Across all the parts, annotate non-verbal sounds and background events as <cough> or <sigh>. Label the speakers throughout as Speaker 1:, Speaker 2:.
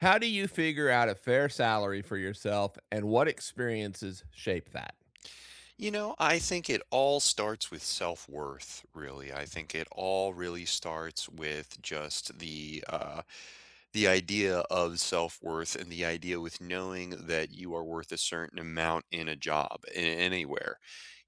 Speaker 1: How do you figure out a fair salary for yourself, and what experiences shape that?
Speaker 2: You know, I think it all starts with self-worth, really. I think it all really starts with just the idea of self-worth and the idea with knowing that you are worth a certain amount in a job, in anywhere.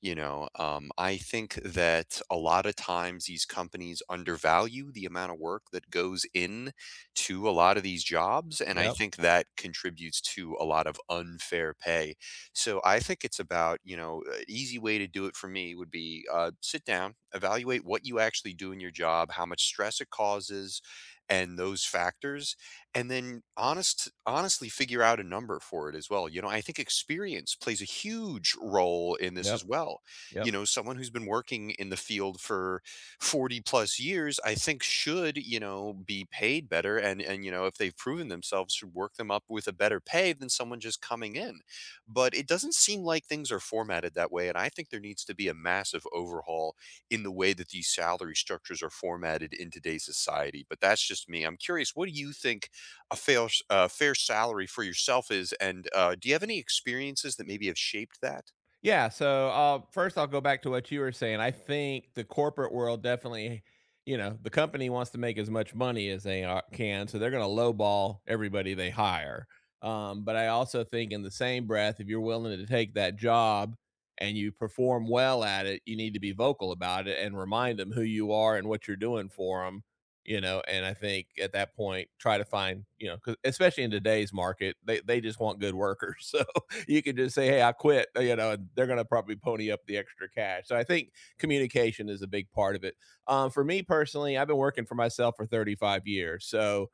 Speaker 2: I think that a lot of times these companies undervalue the amount of work that goes in to a lot of these jobs, and I
Speaker 1: Yep,
Speaker 2: think that contributes to a lot of unfair pay. So I think it's about, you know, an easy way to do it for me would be sit down, evaluate what you actually do in your job, how much stress it causes, and those factors, and then honestly figure out a number for it as well. You know, I think experience plays a huge role in this as
Speaker 1: yep,
Speaker 2: well. You
Speaker 1: yep.
Speaker 2: know, someone who's been working in the field for 40 plus years, I think should, you know, be paid better. And you know, if they've proven themselves, should work them up with a better pay than someone just coming in, but it doesn't seem like things are formatted that way. And I think there needs to be a massive overhaul in the way that these salary structures are formatted in today's society. But that's just me. I'm curious, what do you think a fair salary for yourself is? And do you have any experiences that maybe have shaped that?
Speaker 1: Yeah. So first, I'll go back to what you were saying. I think the corporate world definitely, you know, the company wants to make as much money as can, so they're going to lowball everybody they hire. But I also think, in the same breath, if you're willing to take that job and you perform well at it, you need to be vocal about it and remind them who you are and what you're doing for them. You know, and I think at that point, try to find, you know, 'cause especially in today's market, they just want good workers. <laughs> You can just say, "Hey, I quit," you know, and they're going to probably pony up the extra cash. So I think communication is a big part of it. For me personally, I've been working for myself for 35 years, so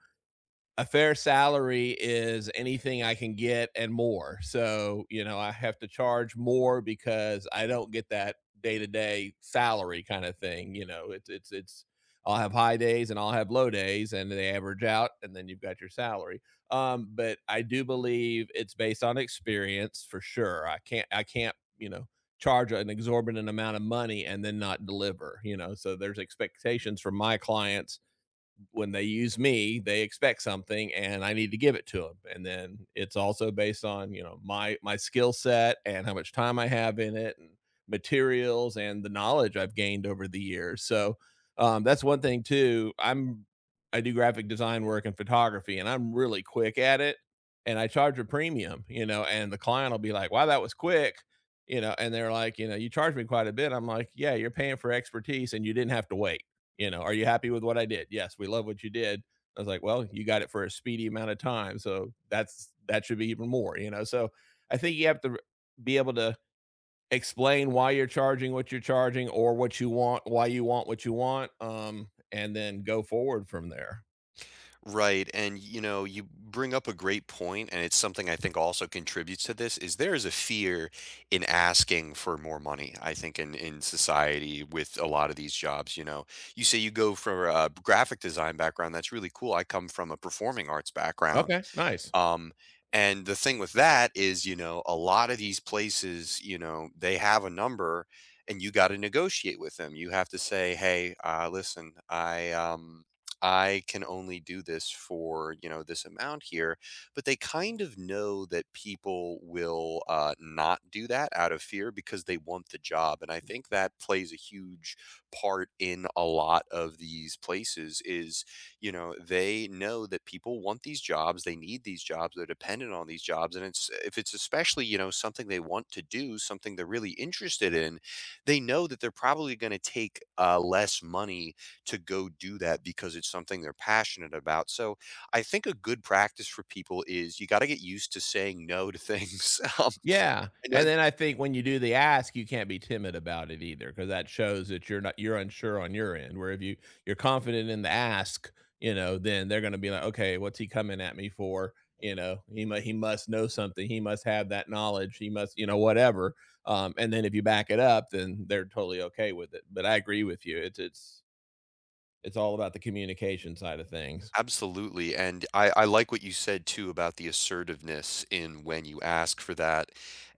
Speaker 1: a fair salary is anything I can get and more. So, you know, I have to charge more because I don't get that day to day salary kind of thing. You know, I'll have high days and I'll have low days and they average out and then you've got your salary. But I do believe it's based on experience for sure. I can't, you know, charge an exorbitant amount of money and then not deliver, you know, so there's expectations from my clients when they use me, they expect something and I need to give it to them. And then it's also based on, you know, my skill set and how much time I have in it and materials and the knowledge I've gained over the years. So that's one thing too. I do graphic design work and photography and I'm really quick at it and I charge a premium, you know, and the client will be like, "Wow, that was quick." You know, and they're like, you know, you charge me quite a bit. I'm like, yeah, you're paying for expertise and you didn't have to wait, you know, are you happy with what I did? Yes, we love what you did. I was like, well, you got it for a speedy amount of time, so that should be even more. You know, so I think you have to be able to explain why you're charging what you're charging or what you want, why you want what you want, and then go forward from there.
Speaker 2: Right. And you know, you bring up a great point, and it's something I think also contributes to this is there is a fear in asking for more money, I think, in society with a lot of these jobs. You know, you say you go for a graphic design background, that's really cool. I come from a performing arts background.
Speaker 1: Okay, nice.
Speaker 2: Um, and the thing with that is, you know, a lot of these places, you know, they have a number and you got to negotiate with them. You have to say, hey, listen, I can only do this for, you know, this amount here. But they kind of know that people will not do that out of fear because they want the job. And I think that plays a huge part in a lot of these places is, you know, they know that people want these jobs, they need these jobs, they're dependent on these jobs, and it's if it's especially, you know, something they want to do, something they're really interested in, they know that they're probably going to take less money to go do that because it's something they're passionate about. So I think a good practice for people is you got to get used to saying no to things. <laughs> Um,
Speaker 1: Yeah,
Speaker 2: I know.
Speaker 1: and then I think when you do the ask, you can't be timid about it either, because that shows that you're not you're unsure on your end, where if you you're confident in the ask, you know, then they're gonna be like, "Okay, what's he coming at me for?" You know, he must know something, he must have that knowledge, he must" you know, whatever, and then if you back it up, then they're totally okay with it, but I agree with you, it's it's all about the communication side of things.
Speaker 2: Absolutely, and I like what you said too about the assertiveness in when you ask for that,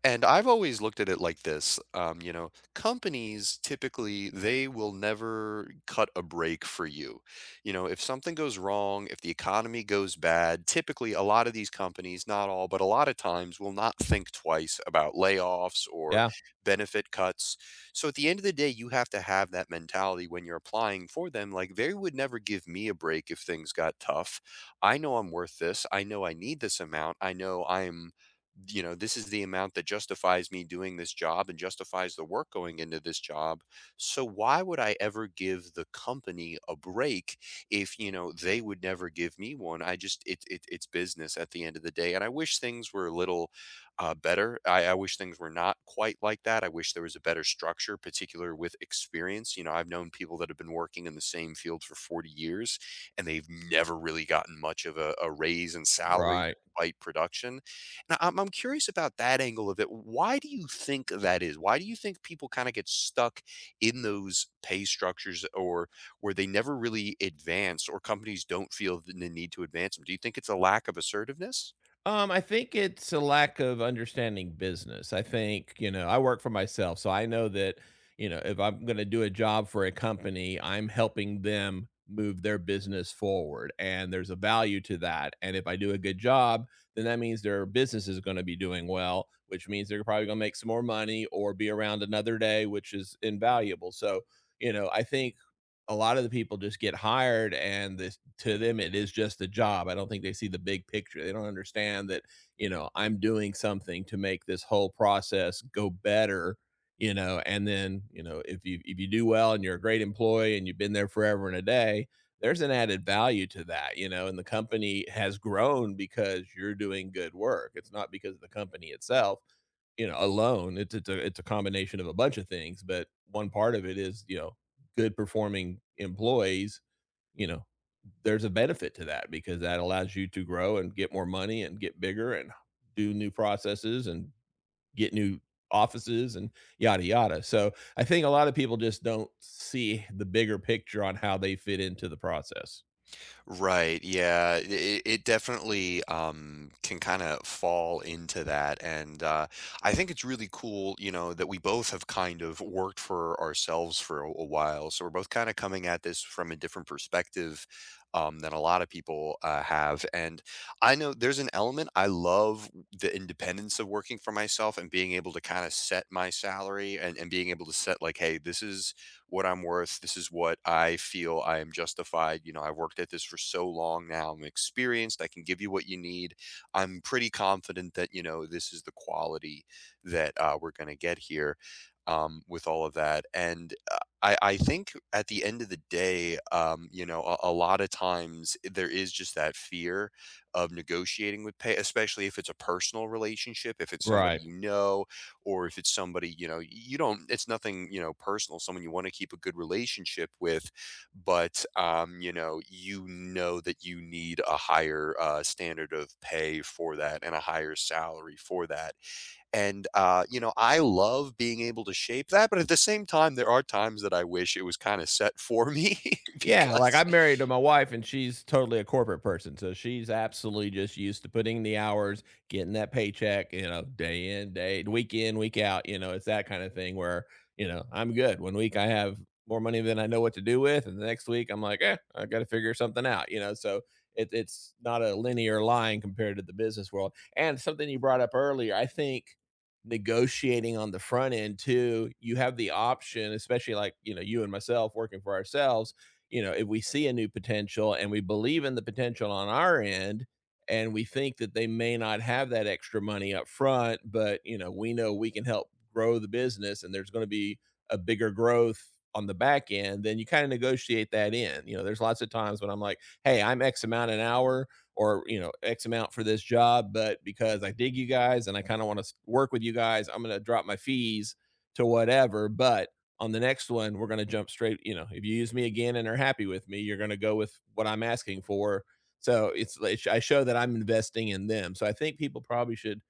Speaker 2: and I've always looked at it like this. You know, companies typically, they will never cut a break for you. You know, if something goes wrong, if the economy goes bad, typically a lot of these companies, not all, but a lot of times will not think twice about layoffs or
Speaker 1: Yeah,
Speaker 2: benefit cuts. So at the end of the day, you have to have that mentality when you're applying for them. Like they would never give me a break if things got tough. I know I'm worth this. I know I need this amount. I know I'm, you know, this is the amount that justifies me doing this job and justifies the work going into this job. So why would I ever give the company a break if, you know, they would never give me one? I just it it's business at the end of the day. And I wish things were a little better. I wish things were not quite like that. I wish there was a better structure, particular with experience. You know, I've known people that have been working in the same field for 40 years and they've never really gotten much of a raise in salary
Speaker 1: right.
Speaker 2: despite production. And I'm curious about that angle of it. Why do you think that is? Why do you think people kind of get stuck in those pay structures or where they never really advance or companies don't feel the need to advance them? Do you think it's a lack of assertiveness?
Speaker 1: I think it's a lack of understanding business. I think, you know, I work for myself, so I know that, you know, if I'm going to do a job for a company, I'm helping them move their business forward and there's a value to that. And if I do a good job, then that means their business is going to be doing well, which means they're probably going to make some more money or be around another day, which is invaluable. So, you know, I think a lot of the people just get hired and this to them it is just a job. I don't think they see the big picture. They don't understand that, you know, I'm doing something to make this whole process go better. You know, and then, you know, if you do well and you're a great employee and you've been there forever and a day, there's an added value to that, you know, and the company has grown because you're doing good work. It's not because of the company itself, you know, alone. It's a combination of a bunch of things, but one part of it is, you know, good performing employees, you know, there's a benefit to that because that allows you to grow and get more money and get bigger and do new processes and get new offices and yada yada. So I think a lot of people just don't see the bigger picture on how they fit into the process.
Speaker 2: Right, yeah, it definitely, can kinda fall into that, and I think it's really cool, you know, that we both have kind of worked for ourselves for a while, so we're both kinda coming at this from a different perspective, than a lot of people, have, and I know there's an element I love the independence of working for myself and being able to kinda set my salary and being able to set, like, "Hey, this is what I'm worth. This is what I feel I am justified. You know, I've worked at this for so long now. I'm experienced. I can give you what you need. I'm pretty confident that, you know, this is the quality that we're going to get here with all of that. And I think at the end of the day, you know, a lot of times there is just that fear of negotiating with pay, especially if it's a personal relationship, if it's somebody
Speaker 1: Right.
Speaker 2: you know, or if it's somebody you know you don't, it's nothing you know personal, someone you want to keep a good relationship with, but you know, you know that you need a higher standard of pay for that and a higher salary for that. And you know, I love being able to shape that, but at the same time there are times that I wish it was kind of set for me. <laughs>
Speaker 1: Yeah, like
Speaker 2: Because
Speaker 1: I'm married to my wife and she's totally a corporate person. So she's absolutely just used to putting the hours, getting that paycheck, you know, day in, day, week in, week out. You know, it's that kind of thing where, you know, I'm good. One week I have more money than I know what to do with. And the next week I'm like, eh, I got to figure something out, you know. So it's not a linear line compared to the business world. And something you brought up earlier, I think negotiating on the front end too, you have the option, especially like, you know, you and myself working for ourselves, you know, if we see a new potential and we believe in the potential on our end and we think that they may not have that extra money up front, but you know we can help grow the business and there's going to be a bigger growth on the back end, then you kind of negotiate that in. You know, there's lots of times when I'm like, hey, I'm X amount an hour or, you know, X amount for this job, but because I dig you guys and I kind of want to work with you guys, I'm going to drop my fees to whatever. But on the next one we're going to jump straight. You know, if you use me again and are happy with me, you're going to go with what I'm asking for. So it's like I show that I'm investing in them, so I think people probably should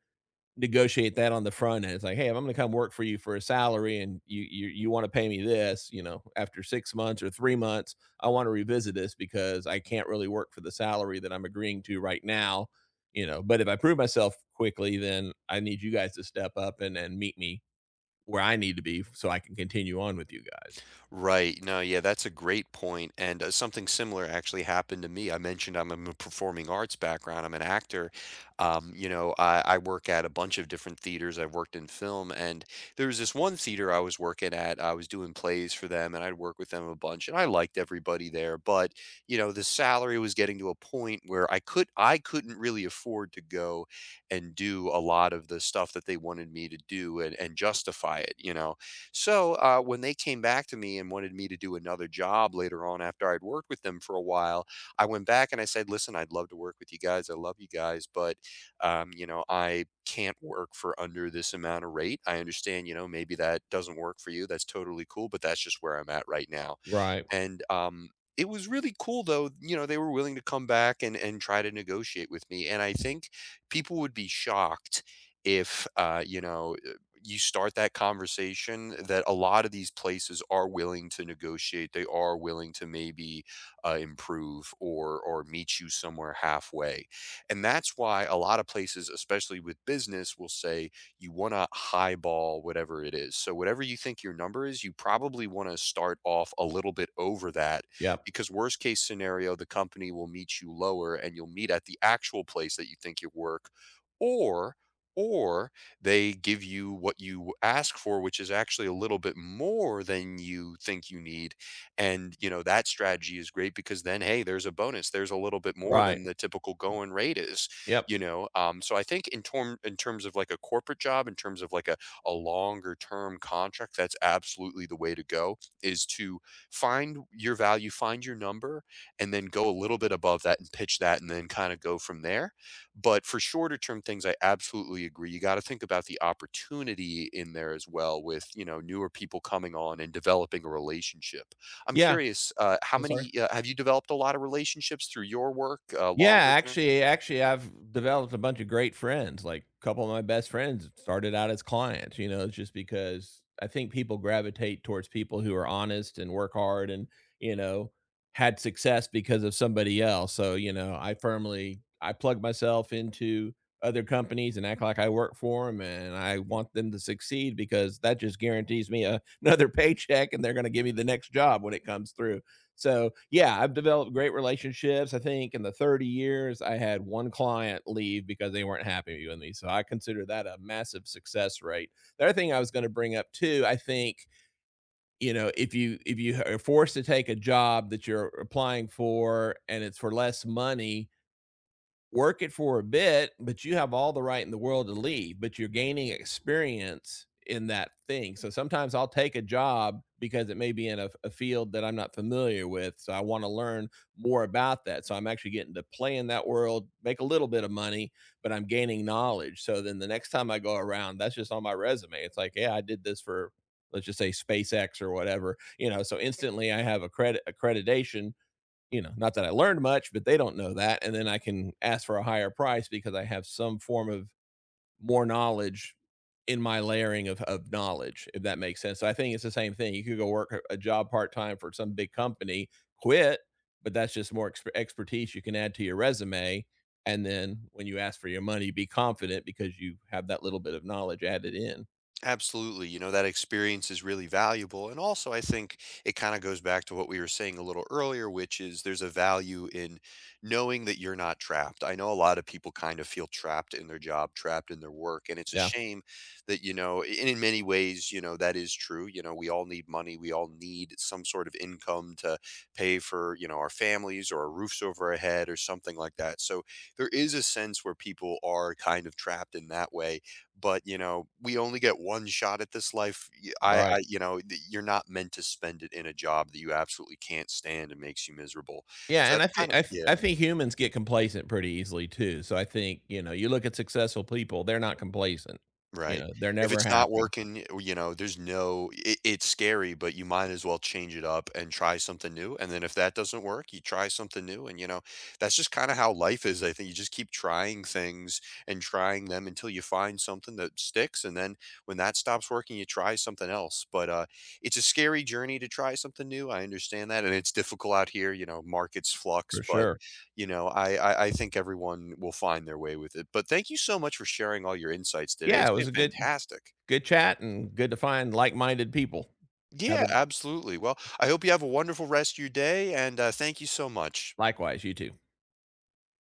Speaker 1: negotiate that on the front end. It's like, hey, if I'm going to come work for you for a salary and you want to pay me this, you know, after 6 months or 3 months I want to revisit this because I can't really work for the salary that I'm agreeing to right now. You know, but if I prove myself quickly then I need you guys to step up and meet me where I need to be so I can continue on with you guys.
Speaker 2: right. No, yeah, that's a great point. And something similar actually happened to me. I mentioned I'm I a performing arts background, I'm an actor. You know, I work at a bunch of different theaters, I've worked in film, and there was this one theater I was working at, I was doing plays for them, and I'd work with them a bunch, and I liked everybody there, but, you know, the salary was getting to a point where I couldn't really afford to go and do a lot of the stuff that they wanted me to do and justify it, you know? So when they came back to me and wanted me to do another job later on after I'd worked with them for a while, I went back and I said, "Listen, I'd love to work with you guys. I love you guys, but you know, I can't work for under this amount of rate. I understand, you know, maybe that doesn't work for you. That's totally cool, but that's just where I'm at right now."
Speaker 1: Right.
Speaker 2: And it was really cool though, you know, they were willing to come back and try to negotiate with me, and I think people would be shocked if, you know, you start that conversation that a lot of these places are willing to negotiate. They are willing to maybe, improve or meet you somewhere halfway. And that's why a lot of places, especially with business, will say, you want to highball whatever it is. So whatever you think your number is, you probably want to start off a little bit over that,
Speaker 1: Yep.
Speaker 2: because worst case scenario, the company will meet you lower and you'll meet at the actual place that you think you work, or or they give you what you ask for, which is actually a little bit more than you think you need. And you know that strategy is great, because then hey, there's a bonus, there's a little bit more
Speaker 1: Right.
Speaker 2: than the typical going rate is,
Speaker 1: Yep.
Speaker 2: you know. So I think in terms of like a corporate job, in terms of like a longer term contract, that's absolutely the way to go, is to find your value, find your number, and then go a little bit above that and pitch that and then kind of go from there. But for shorter term things, I absolutely agree, you got to think about the opportunity in there as well with, you know, newer people coming on and developing a relationship. I'm
Speaker 1: Yeah.
Speaker 2: curious, how
Speaker 1: I'm sorry.
Speaker 2: many have you developed a lot of relationships through your work
Speaker 1: Yeah,
Speaker 2: longer term?
Speaker 1: actually, I've developed a bunch of great friends, like, a couple of my best friends started out as clients, you know, it's just because I think people gravitate towards people who are honest and work hard and, you know, had success because of somebody else, so, you know, I plug myself into other companies and act like I work for them, and I want them to succeed because that just guarantees me a another <laughs> paycheck, and they're gonna give me the next job when it comes through, so yeah, I've developed great relationships. I think in the 30 years, I had one client leave because they weren't happy with me. So I consider that a massive success rate. The other thing I was going to bring up too, I think, you know, if you are forced to take a job that you're applying for and it's for less money, work it for a bit, but you have all the right in the world to leave, but you're gaining experience in that thing. So sometimes I'll take a job because it may be in a field that I'm not familiar with. So I want to learn more about that. So I'm actually getting to play in that world, make a little bit of money, but I'm gaining knowledge. So then the next time I go around, that's just on my resume. It's like, yeah, I did this for let's just say SpaceX or whatever, you know, so instantly I have a credit accreditation, you know, not that I learned much, but they don't know that. And then I can ask for a higher price because I have some form of more knowledge in my layering of knowledge, if that makes sense. So I think it's the same thing. You could go work job part time for some big company, quit, but that's just more expertise you can add to your resume. And then when you ask for your money, be confident because you have that little bit of knowledge added in.
Speaker 2: Absolutely. You know, that experience is really valuable. And also, I think it kind of goes back to what we were saying a little earlier, which is there's a value in knowing that you're not trapped. I know a lot of people kind of feel trapped in their job, trapped in their work. And it's a
Speaker 1: Yeah.
Speaker 2: shame that, you know, and in many ways, you know, that is true. You know, we all need money. We all need some sort of income to pay for, you know, our families or our roofs over our head or something like that. So there is a sense where people are kind of trapped in that way, but, you know, we only get one shot at this life. Y
Speaker 1: Right.
Speaker 2: I You know, th you're not meant to spend it in a job that you absolutely can't stand and makes you miserable.
Speaker 1: Yeah,
Speaker 2: So
Speaker 1: and I
Speaker 2: that's kind
Speaker 1: think
Speaker 2: of
Speaker 1: I
Speaker 2: yeah.
Speaker 1: think humans get complacent pretty easily too, so I think, you know, you look at successful people, they're not complacent, you
Speaker 2: Right.
Speaker 1: know, they're
Speaker 2: If
Speaker 1: never
Speaker 2: it's not
Speaker 1: happy,
Speaker 2: working, eh, you know, there's no it's scary, but you might as well change it up and try something new, and then if that doesn't work, you try something new, and, you know, that's just kinda how life is. I think you just keep trying things and trying them until you find something that sticks, and then when that stops working, you try something else. But, it's a scary journey to try something new, I understand that, and it's difficult out here, you know, markets flux,
Speaker 1: for
Speaker 2: but
Speaker 1: sure.
Speaker 2: you know, I think everyone will find their way with it. But thank you so much for sharing all your insights today.
Speaker 1: Yeah,
Speaker 2: It's
Speaker 1: it was
Speaker 2: been
Speaker 1: a
Speaker 2: fantastic.
Speaker 1: good chat and good to find like-minded people. Have
Speaker 2: Yeah,
Speaker 1: a
Speaker 2: absolutely. Well, I hope you have a wonderful rest of your day, and thank you so much.
Speaker 1: likewise, you too.